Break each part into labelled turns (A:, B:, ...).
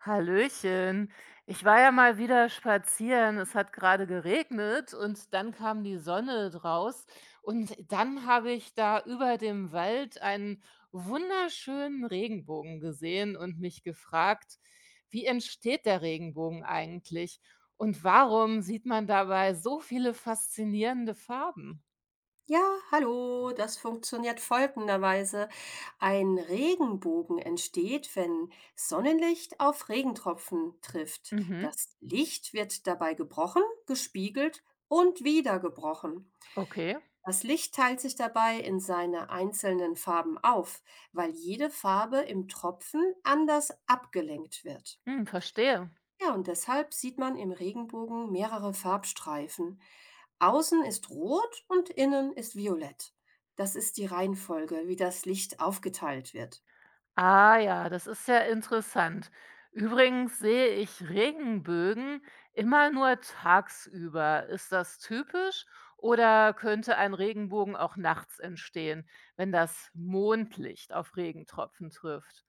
A: Hallöchen. Ich war ja mal wieder spazieren. Es hat gerade geregnet und dann kam die Sonne draus. Und dann habe ich da über dem Wald einen wunderschönen Regenbogen gesehen und mich gefragt, wie entsteht der Regenbogen eigentlich? Und warum sieht man dabei so viele faszinierende Farben?
B: Ja, hallo, das funktioniert folgenderweise. Ein Regenbogen entsteht, wenn Sonnenlicht auf Regentropfen trifft. Das
A: Mhm,
B: Licht wird dabei gebrochen, gespiegelt und wieder gebrochen.
A: okay.
B: Das Licht teilt sich dabei in seine einzelnen Farben auf, weil jede Farbe im Tropfen anders abgelenkt wird.
A: Hm, verstehe.
B: Ja, und deshalb sieht man im Regenbogen mehrere Farbstreifen. Außen ist rot und innen ist violett. Das ist die Reihenfolge, wie das Licht aufgeteilt wird.
A: Ah ja, das ist ja interessant. Übrigens sehe ich Regenbögen immer nur tagsüber. Ist das typisch oder könnte ein Regenbogen auch nachts entstehen, wenn das Mondlicht auf Regentropfen trifft?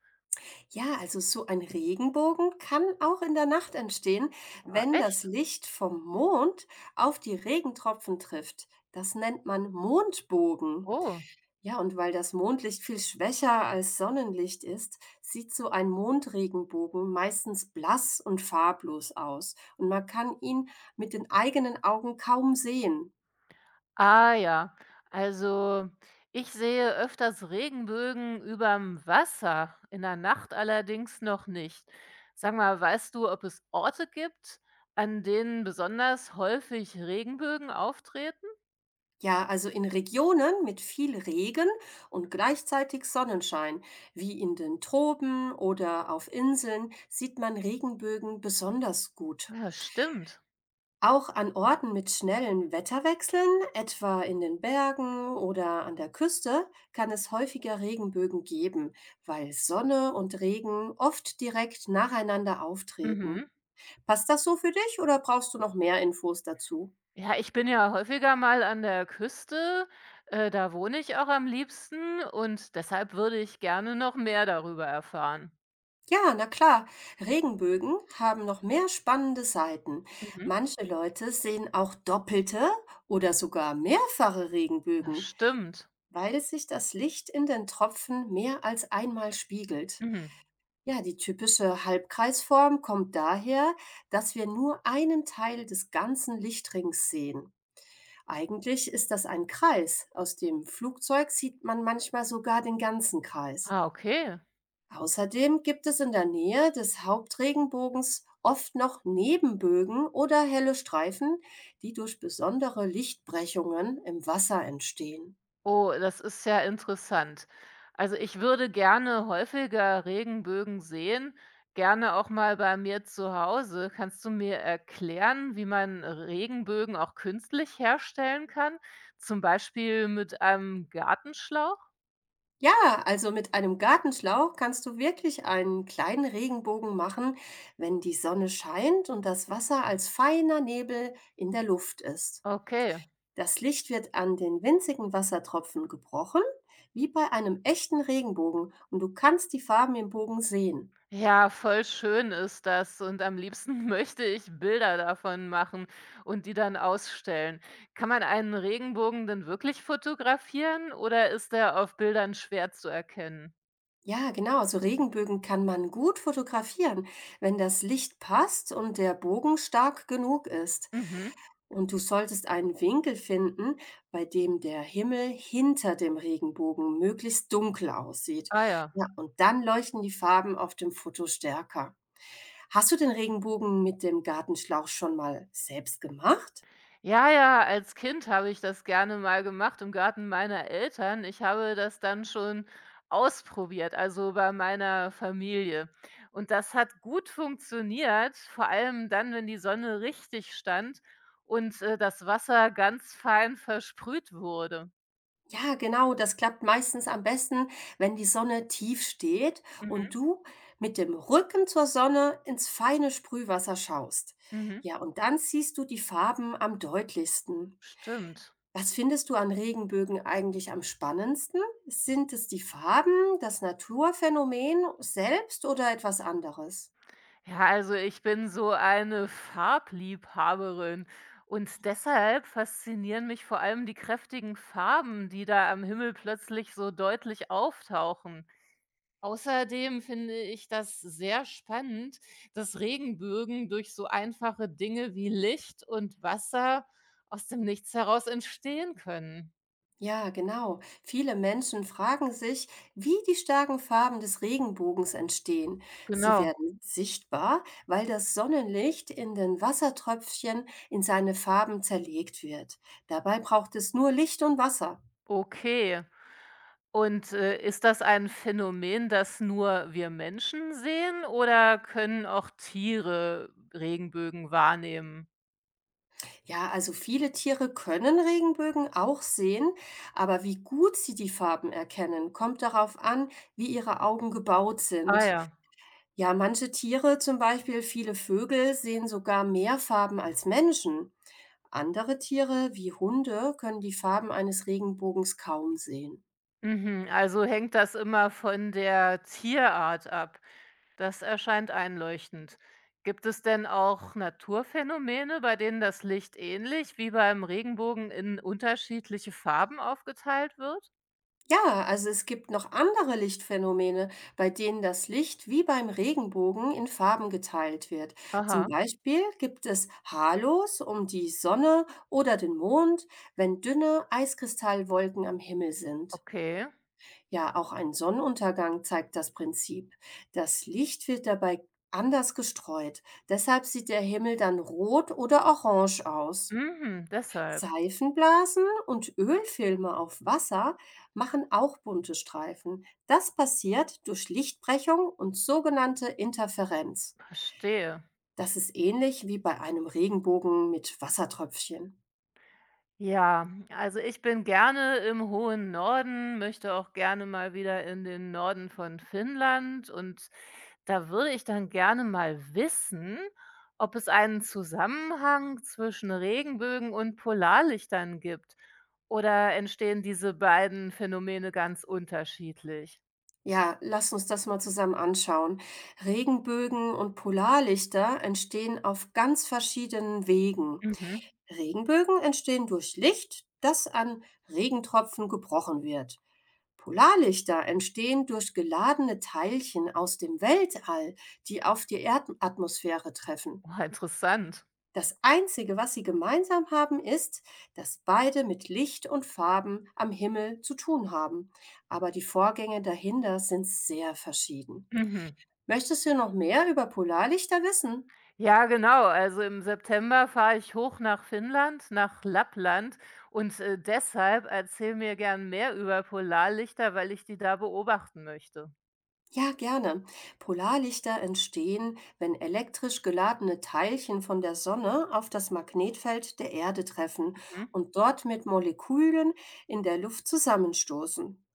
B: Ja, also so ein Regenbogen kann auch in der Nacht entstehen,
A: Ah,
B: wenn das
A: echt?
B: Licht vom Mond auf die Regentropfen trifft. Das nennt man Mondbogen.
A: Oh.
B: Ja, und weil das Mondlicht viel schwächer als Sonnenlicht ist, sieht so ein Mondregenbogen meistens blass und farblos aus. Und man kann ihn mit den eigenen Augen kaum sehen.
A: Ah ja, also ich sehe öfters Regenbögen überm Wasser, in der Nacht allerdings noch nicht. Sag mal, weißt du, ob es Orte gibt, an denen besonders häufig Regenbögen auftreten?
B: Ja, also in Regionen mit viel Regen und gleichzeitig Sonnenschein, wie in den Tropen oder auf Inseln, sieht man Regenbögen besonders gut.
A: Ja, stimmt.
B: Auch an Orten mit schnellen Wetterwechseln, etwa in den Bergen oder an der Küste, kann es häufiger Regenbögen geben, weil Sonne und Regen oft direkt nacheinander auftreten.
A: Mhm.
B: Passt das so für dich oder brauchst du noch mehr Infos dazu?
A: Ja, ich bin ja häufiger mal an der Küste, da wohne ich auch am liebsten und deshalb würde ich gerne noch mehr darüber erfahren.
B: Ja, na klar. Regenbögen haben noch mehr spannende Seiten.
A: Mhm.
B: Manche Leute sehen auch doppelte oder sogar mehrfache
A: Ja,
B: Regenbögen,
A: stimmt.
B: weil sich das Licht in den Tropfen mehr als einmal spiegelt.
A: Mhm.
B: Ja, die typische Halbkreisform kommt daher, dass wir nur einen Teil des ganzen Lichtrings sehen. Eigentlich ist das ein Kreis. Aus dem Flugzeug sieht man manchmal sogar den ganzen Kreis.
A: Ah, okay.
B: Außerdem gibt es in der Nähe des Hauptregenbogens oft noch Nebenbögen oder helle Streifen, die durch besondere Lichtbrechungen im Wasser entstehen.
A: Oh, das ist ja interessant. Also, ich würde gerne häufiger Regenbögen sehen, gerne auch mal bei mir zu Hause. Kannst du mir erklären, wie man Regenbögen auch künstlich herstellen kann, zum Beispiel mit einem Gartenschlauch?
B: Ja, also mit einem Gartenschlauch kannst du wirklich einen kleinen Regenbogen machen, wenn die Sonne scheint und das Wasser als feiner Nebel in der Luft ist.
A: Okay.
B: Das Licht wird an den winzigen Wassertropfen gebrochen, wie bei einem echten Regenbogen, und du kannst die Farben im Bogen sehen.
A: Ja, voll schön ist das und am liebsten möchte ich Bilder davon machen und die dann ausstellen. Kann man einen Regenbogen denn wirklich fotografieren oder ist er auf Bildern schwer zu erkennen?
B: Ja, genau, so Regenbögen kann man gut fotografieren, wenn das Licht passt und der Bogen stark genug ist.
A: Mhm.
B: Und du solltest einen Winkel finden, bei dem der Himmel hinter dem Regenbogen möglichst dunkel aussieht.
A: Ah ja.
B: Ja, und dann leuchten die Farben auf dem Foto stärker. Hast du den Regenbogen mit dem Gartenschlauch schon mal selbst gemacht?
A: Ja, ja, als Kind habe ich das gerne mal gemacht im Garten meiner Eltern. Ich habe das dann schon ausprobiert, also bei meiner Familie. Und das hat gut funktioniert, vor allem dann, wenn die Sonne richtig stand und das Wasser ganz fein versprüht wurde.
B: Ja, genau, das klappt meistens am besten, wenn die Sonne tief steht
A: Mhm,
B: und du mit dem Rücken zur Sonne ins feine Sprühwasser schaust.
A: mhm.
B: Ja, und dann siehst du die Farben am deutlichsten.
A: Stimmt.
B: Was findest du an Regenbögen eigentlich am spannendsten? Sind es die Farben, das Naturphänomen selbst oder etwas anderes?
A: Ja, also ich bin so eine Farbliebhaberin und deshalb faszinieren mich vor allem die kräftigen Farben, die da am Himmel plötzlich so deutlich auftauchen. Außerdem finde ich das sehr spannend, dass Regenbögen durch so einfache Dinge wie Licht und Wasser aus dem Nichts heraus entstehen können.
B: Ja, genau. Viele Menschen fragen sich, wie die starken Farben des Regenbogens entstehen. Sie
A: Genau.
B: werden sichtbar, weil das Sonnenlicht in den Wassertröpfchen in seine Farben zerlegt wird. Dabei braucht es nur Licht und Wasser.
A: Okay. Und ist das ein Phänomen, das nur wir Menschen sehen oder können auch Tiere Regenbögen wahrnehmen?
B: Ja, also viele Tiere können Regenbögen auch sehen, aber wie gut sie die Farben erkennen, kommt darauf an, wie ihre Augen gebaut
A: Ah
B: sind.
A: ja.
B: Ja, manche Tiere, zum Beispiel viele Vögel, sehen sogar mehr Farben als Menschen. Andere Tiere, wie Hunde, können die Farben eines Regenbogens kaum sehen.
A: Mhm. Also hängt das immer von der Tierart ab. Das erscheint einleuchtend. Gibt es denn auch Naturphänomene, bei denen das Licht ähnlich wie beim Regenbogen in unterschiedliche Farben aufgeteilt wird?
B: Ja, also es gibt noch andere Lichtphänomene, bei denen das Licht wie beim Regenbogen in Farben geteilt wird. Zum
A: Aha,
B: Beispiel gibt es Halos um die Sonne oder den Mond, wenn dünne Eiskristallwolken am Himmel sind.
A: okay.
B: Ja, auch ein Sonnenuntergang zeigt das Prinzip. Das Licht wird dabei anders gestreut. Deshalb sieht der Himmel dann rot oder orange aus.
A: Mhm, deshalb.
B: Seifenblasen und Ölfilme auf Wasser machen auch bunte Streifen. Das passiert durch Lichtbrechung und sogenannte Interferenz.
A: Verstehe.
B: Das ist ähnlich wie bei einem Regenbogen mit Wassertröpfchen.
A: Ja, also ich bin gerne im hohen Norden, möchte auch gerne mal wieder in den Norden von Finnland und da würde ich dann gerne mal wissen, ob es einen Zusammenhang zwischen Regenbögen und Polarlichtern gibt oder entstehen diese beiden Phänomene ganz unterschiedlich?
B: Ja, lass uns das mal zusammen anschauen. Regenbögen und Polarlichter entstehen auf ganz verschiedenen Wegen.
A: Mhm.
B: Regenbögen entstehen durch Licht, das an Regentropfen gebrochen wird. Polarlichter entstehen durch geladene Teilchen aus dem Weltall, die auf die Erdatmosphäre treffen.
A: Oh, interessant.
B: Das Einzige, was sie gemeinsam haben, ist, dass beide mit Licht und Farben am Himmel zu tun haben, aber die Vorgänge dahinter sind sehr verschieden.
A: Mhm.
B: Möchtest du noch mehr über Polarlichter wissen?
A: Ja, genau. Also im September fahre ich hoch nach Finnland, nach Lappland und deshalb erzähl mir gern mehr über Polarlichter, weil ich die da beobachten möchte.
B: Ja, gerne. Polarlichter entstehen, wenn elektrisch geladene Teilchen von der Sonne auf das Magnetfeld der Erde treffen
A: Mhm.
B: und dort mit Molekülen in der Luft zusammenstoßen.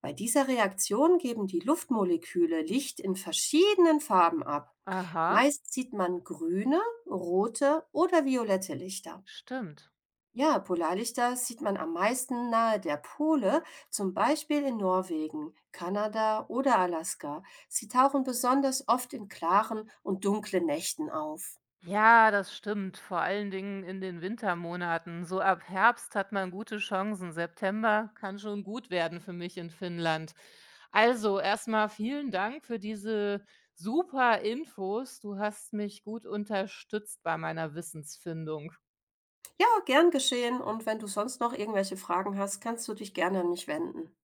B: Bei dieser Reaktion geben die Luftmoleküle Licht in verschiedenen Farben ab.
A: Aha,
B: Meist sieht man grüne, rote oder violette Lichter.
A: stimmt.
B: Ja, Polarlichter sieht man am meisten nahe der Pole, zum Beispiel in Norwegen, Kanada oder Alaska. Sie tauchen besonders oft in klaren und dunklen Nächten auf.
A: Ja, das stimmt. Vor allen Dingen in den Wintermonaten. So ab Herbst hat man gute Chancen. September kann schon gut werden für mich in Finnland. Also, erstmal vielen Dank für diese super Infos. Du hast mich gut unterstützt bei meiner Wissensfindung.
B: Ja, gern geschehen. Und wenn du sonst noch irgendwelche Fragen hast, kannst du dich gerne an mich wenden.